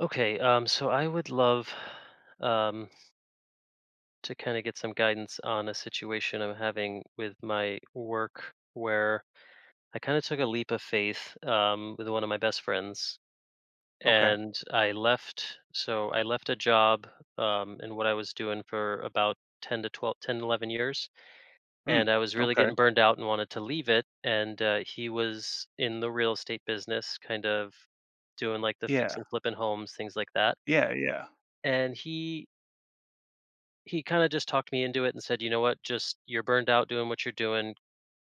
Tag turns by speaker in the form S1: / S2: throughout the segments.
S1: Okay, so I would love um, to kind of get some guidance on a situation I'm having with my work where I kind of took a leap of faith with one of my best friends,
S2: Okay.
S1: and I left. So I left a job in what I was doing for about 10 to 12, 10, 11 years.
S2: Mm,
S1: And I was really
S2: okay.
S1: getting burned out and wanted to leave it. And he was in the real estate business, kind of doing like the fix
S2: Yeah.
S1: and flipping homes, things like that.
S2: Yeah, yeah.
S1: And he kinda just talked me into it and said, "You know what? Just, you're burned out doing what you're doing.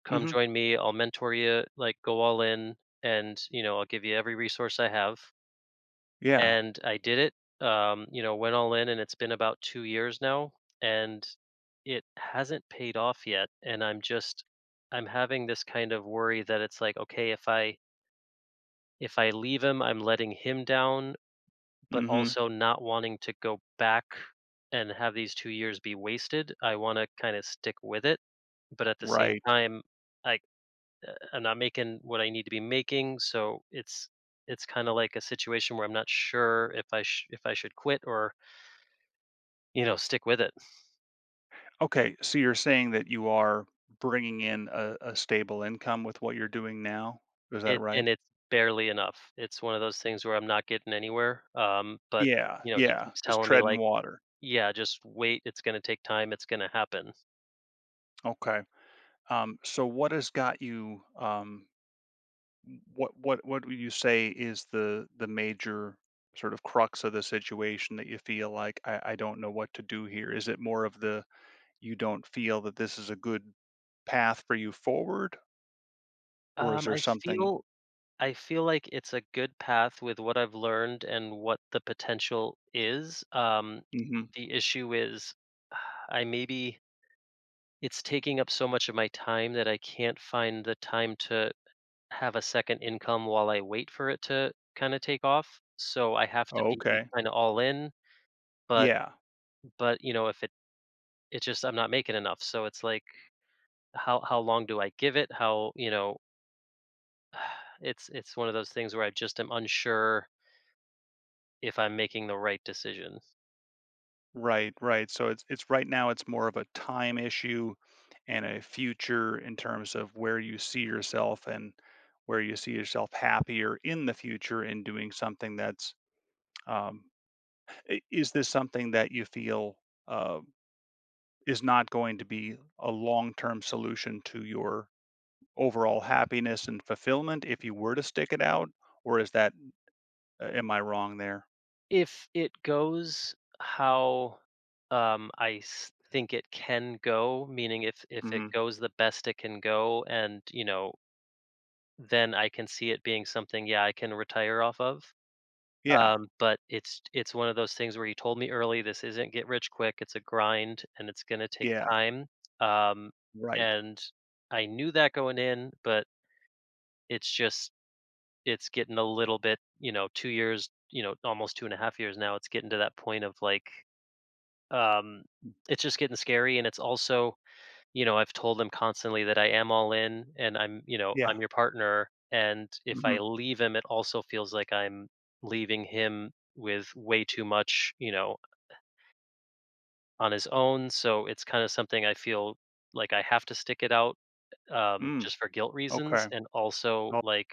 S1: Come
S2: Mhm.
S1: join me. I'll mentor you. Like, go all in, and I'll give you every resource I have."
S2: Yeah.
S1: And I did it. Went all in, and it's been about 2 years now, and it hasn't paid off yet, and I'm having this kind of worry that it's like, "Okay, if I leave him, I'm letting him down, but
S2: Mhm.
S1: also not wanting to go back and have these 2 years be wasted. I wanna kinda stick with it, but at the same
S2: Right.
S1: time, I I'm not making what I need to be making, so it's kinda like a situation where I'm not sure if I should quit or, you know, stick with it."
S2: Okay, so you're saying that you are bringing in a stable income with what you're doing now? Is that
S1: It
S2: right?
S1: and it's barely enough. It's one of those things where I'm not getting anywhere, but,
S2: Yeah,
S1: you know, he
S2: yeah,
S1: keeps
S2: just
S1: telling me
S2: treading
S1: like,
S2: water.
S1: "Yeah, just wait, it's gonna take time, it's gonna happen."
S2: Okay. So what has got you, what would you say is the major sort of crux of the situation that you feel like, "I don't know what to do here? Is it more of the you don't feel that this is a good path for you forward, or is
S1: Um,
S2: there
S1: I
S2: something
S1: feel I feel like it's a good path with what I've learned and what the potential is.
S2: Mhm.
S1: The issue is, I maybe it's taking up so much of my time that I can't find the time to have a second income while I wait for it to kind of take off. So I have to
S2: Oh,
S1: be
S2: okay.
S1: kind of all in. But
S2: Yeah.
S1: but you know, if it it just I'm not making enough. So it's like how long do I give it? How You know, it's one of those things where I just am unsure if I'm making the right decision.
S2: Right, right. So it's right now it's more of a time issue and a future in terms of where you see yourself and where you see yourself happier in the future in doing something that's. Um, I- is this something that you feel uh, is not going to be a long-term solution to your overall happiness and fulfillment if you were to stick it out, or is that am I wrong there?
S1: If it goes how, think it can go, meaning if it
S2: Mhm.
S1: goes the best it can go, and you know, then I can see it being something, yeah, I can retire off of.
S2: Yeah.
S1: But it's one of those things where you told me early this isn't get rich quick. It's a grind, and it's going to take
S2: Yeah.
S1: time. Um,
S2: Right.
S1: and I knew that going in, but it's just it's getting a little bit, 2 years, almost 2.5 years now. It's getting to that point of, like, um, it's just getting scary, and it's also, I've told him constantly that I am all in and I'm you know,
S2: Yeah.
S1: I'm your partner, and if I
S2: Mhm.
S1: leave him, it also feels like I'm leaving him with way too much, on his own, so it's kinda something I feel like I have to stick it out,
S2: Mm.
S1: just for guilt reasons,
S2: Okay.
S1: and also,
S2: Oh,
S1: like,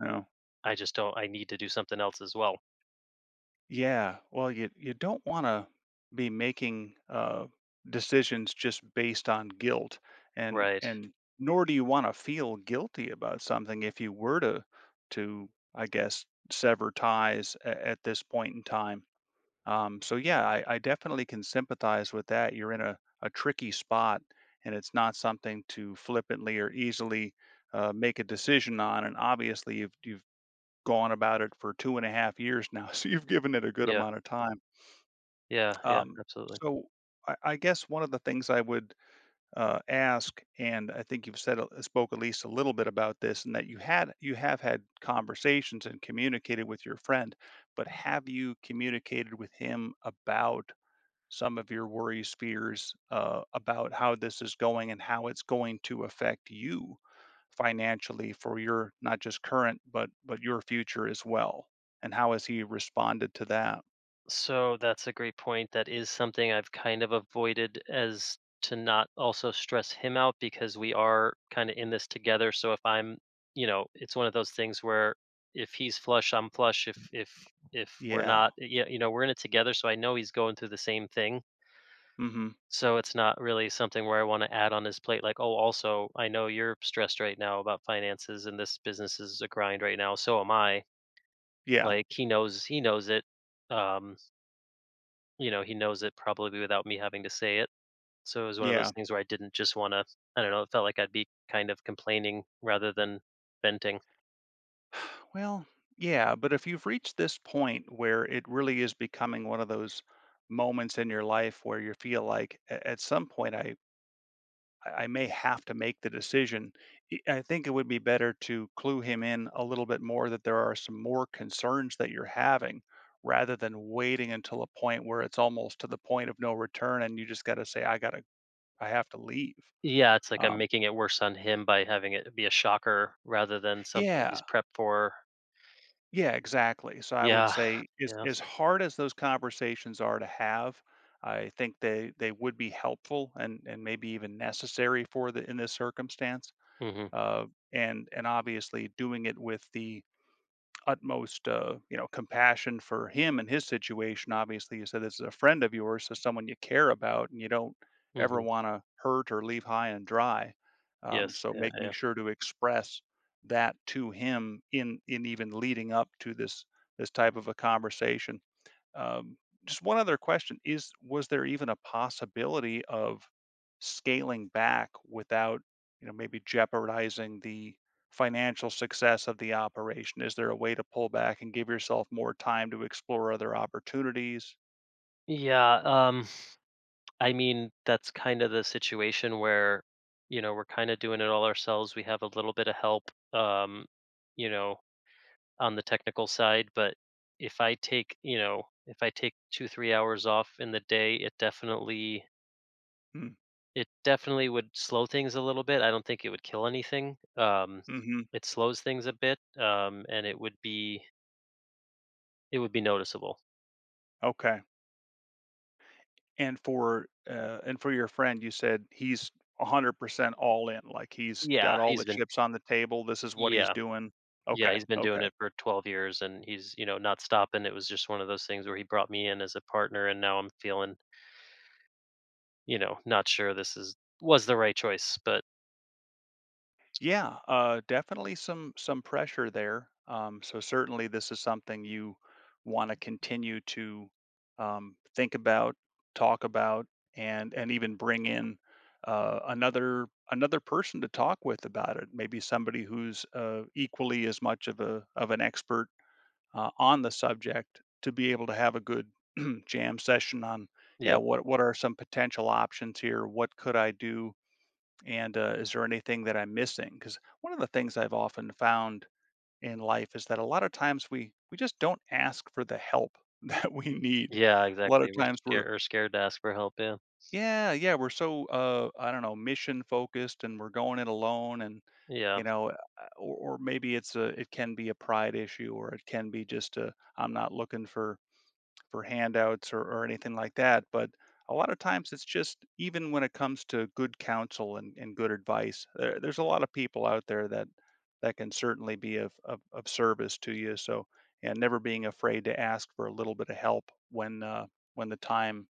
S2: no.
S1: I just don't I need to do something else as well.
S2: Yeah. Well, you don't want to be making decisions just based on guilt, and
S1: Right.
S2: and nor do you want to feel guilty about something if you were to, to I guess, sever ties at this point in time. So yeah, I definitely can sympathize with that. You're in a tricky spot, and it's not something to flippantly or easily make a decision on. And obviously, you've gone about it for 2.5 years now, so you've given it a good
S1: Yeah,
S2: amount of time.
S1: yeah, yeah,
S2: Um,
S1: absolutely.
S2: so I guess one of the things I would ask, and I think you've said spoke at least a little bit about this, and that you have had conversations and communicated with your friend, but have you communicated with him about some of your worries, fears, about how this is going and how it's going to affect you financially for your not just current, but your future as well. And how has he responded to that?
S1: So that's a great point. That is something I've kind of avoided as to not also stress him out because we are kind of in this together. So, if I'm, you know, it's one of those things where if he's flush, I'm flush. If we're
S2: Yeah.
S1: not, yeah, you know, we're in it together. So I know he's going through the same thing.
S2: Hmm.
S1: So it's not really something where I want to add on his plate. Like, oh, also, I know you're stressed right now about finances, and this business is a grind right now. So am I.
S2: Yeah.
S1: Like, he knows it, um, he knows it probably without me having to say it, so it was one of those
S2: Yeah.
S1: things where I didn't just wanna I don't know, it felt like I'd be kind of complaining rather than venting.
S2: Well, yeah, but if you've reached this point where it really is becoming one of those moments in your life where you feel like at some point I may have to make the decision. I think it would be better to clue him in a little bit more that there are some more concerns that you're having rather than waiting until a point where it's almost to the point of no return and you just got to say, I have to leave.
S1: Yeah, it's like I'm
S2: Um,
S1: making it worse on him by having it be a shocker rather than something he's
S2: yeah,
S1: prepped for.
S2: yeah, exactly. So I would
S1: Yeah,
S2: say, as,
S1: yeah.
S2: as hard as those conversations are to have, I think they would be helpful, and maybe even necessary for the in this circumstance.
S1: Mhm,
S2: Uh, and obviously doing it with the utmost compassion for him and his situation. Obviously, you said this is a friend of yours, so someone you care about, and you don't ever
S1: mhm.
S2: want to hurt or leave high and dry.
S1: Yes,
S2: So
S1: yeah,
S2: making
S1: yeah.
S2: sure to express that to him in even leading up to this type of a conversation, um. Just one other question is, was there even a possibility of scaling back without, maybe jeopardizing the financial success of the operation? Is there a way to pull back and give yourself more time to explore other opportunities?
S1: Yeah, I mean, that's kinda the situation where, we're kinda doing it all ourselves. We have a little bit of help, you know on the technical side, but if I take, you know, if I take 2-3 hours off in the day, it definitely
S2: Mm,
S1: it definitely would slow things a little bit. I don't think it would kill anything.
S2: mhm.
S1: It slows things a bit, and it would be noticeable.
S2: Okay. And for your friend, you said he's 100% all in, like he's
S1: Yeah,
S2: got all
S1: he's
S2: the
S1: been,
S2: chips on the table. This is what he's
S1: yeah.
S2: doing.
S1: Yeah,
S2: Okay.
S1: he's been doing
S2: Okay.
S1: it for 12 years and he's, not stopping. It was just one of those things where he brought me in as a partner and now I'm feeling, not sure this is was the right choice, but
S2: Yeah, definitely some pressure there. So certainly this is something you want to continue to, think about, talk about, and even bring in, another person to talk with about it. Maybe somebody who's, equally as much of a of an expert, on the subject, to be able to have a good jam session on, yeah,
S1: yeah.
S2: what are some potential options here? What could I do? And, is there anything that I'm missing? Because one of the things I've often found in life is that a lot of times we just don't ask for the help that we need.
S1: Yeah,
S2: A lot of
S1: exactly. We're
S2: times we're,
S1: scared or scared to ask for help, yeah.
S2: yeah, yeah, we're so, I don't know, mission focused, and we're going it alone, and
S1: Yeah,
S2: you know uh, or, maybe it can be a pride issue, or it can be just a I'm not looking for, handouts, or, anything like that. But a lot of times it's just, even when it comes to good counsel and good advice, there's a lot of people out there that can certainly be of service to you. So, and never being afraid to ask for a little bit of help when, the time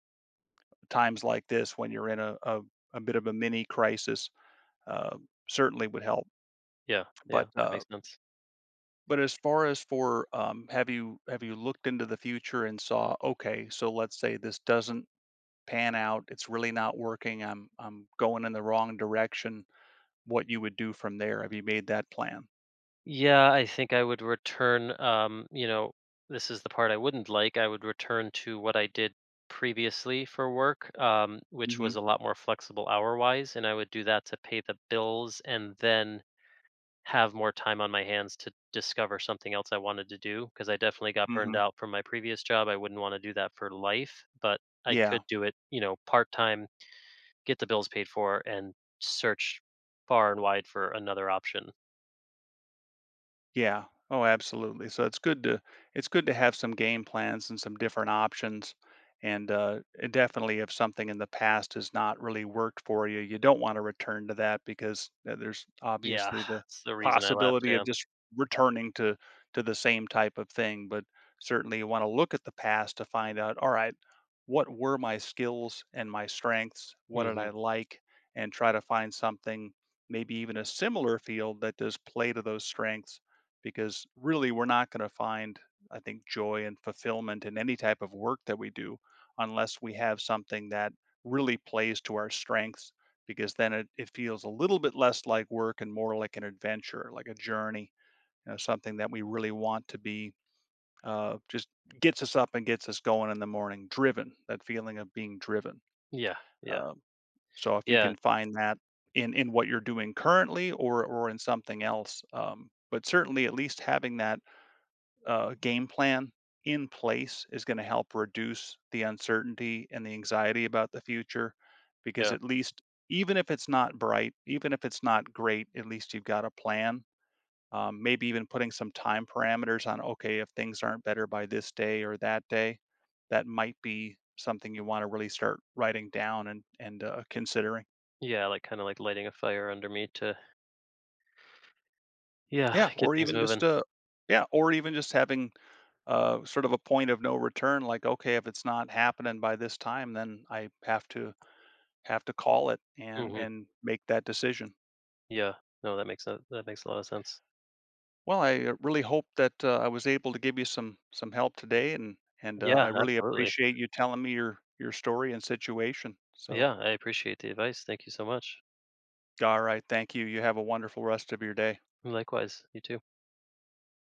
S2: times like this, when you're in a bit of a mini crisis, uh, certainly would help.
S1: yeah, yeah,
S2: But
S1: that
S2: uh,
S1: makes sense.
S2: but as far as, for have you, looked into the future and saw, okay, so let's say this doesn't pan out. It's really not working. I'm going in the wrong direction. What you would do from there? Have you made that plan?
S1: Yeah, I think I would return, this is the part I wouldn't like. I would return to what I did previously for work, which was
S2: Mhm.
S1: a lot more flexible hour-wise, and I would do that to pay the bills and then have more time on my hands to discover something else I wanted to do. Because I definitely got burned
S2: Mhm.
S1: out from my previous job, I wouldn't wanna do that for life, but I could
S2: Yeah.
S1: do it, part-time, get the bills paid for, and search far and wide for another option.
S2: Yeah. Oh, absolutely. So it's good to, have some game plans and some different options. And, it definitely, if something in the past has not really worked for you, you don't want to return to that, because, there's
S1: Yeah,
S2: obviously the
S1: that's the reason I left,
S2: possibility
S1: yeah.
S2: of just returning to, the same type of thing. But certainly, you want to look at the past to find out. All right, what were my skills and my strengths? What did
S1: Mhm.
S2: I like? And try to find something, maybe even a similar field that does play to those strengths, because really we're not going to find, I think, joy and fulfillment in any type of work that we do unless we have something that really plays to our strengths, because then it feels a little bit less like work and more like an adventure, like a journey, something that we really want to be, just gets us up and gets us going in the morning, driven, that feeling of being driven.
S1: Yeah, yeah.
S2: Uh, so if you
S1: Yeah,
S2: can find that in what you're doing currently, or in something else, but certainly at least having that, game plan in place is going to help reduce the uncertainty and the anxiety about the future, because
S1: yeah.
S2: at least, even if it's not bright, even if it's not great, at least you've got a plan. Maybe even putting some time parameters on. Okay, if things aren't better by this day or that day, that might be something you want to really start writing down and, considering.
S1: Yeah, like, kinda, like, lighting a fire under me to
S2: Yeah,
S1: yeah, get
S2: or
S1: things
S2: even
S1: moving.
S2: just a yeah, or even just having, sort of a point of no return, like, "Okay, if it's not happening by this time, then I have to, call it and
S1: Mhm.
S2: make that decision."
S1: Yeah. No, that makes a lot of sense.
S2: Well, I, really hope that, I was able to give you some help today, and
S1: Yeah,
S2: I really
S1: absolutely.
S2: appreciate you telling me your story and situation. So,
S1: Yeah, I appreciate the advice, thank you so much.
S2: alright, thank you. You have a wonderful rest of your day.
S1: Likewise, you too.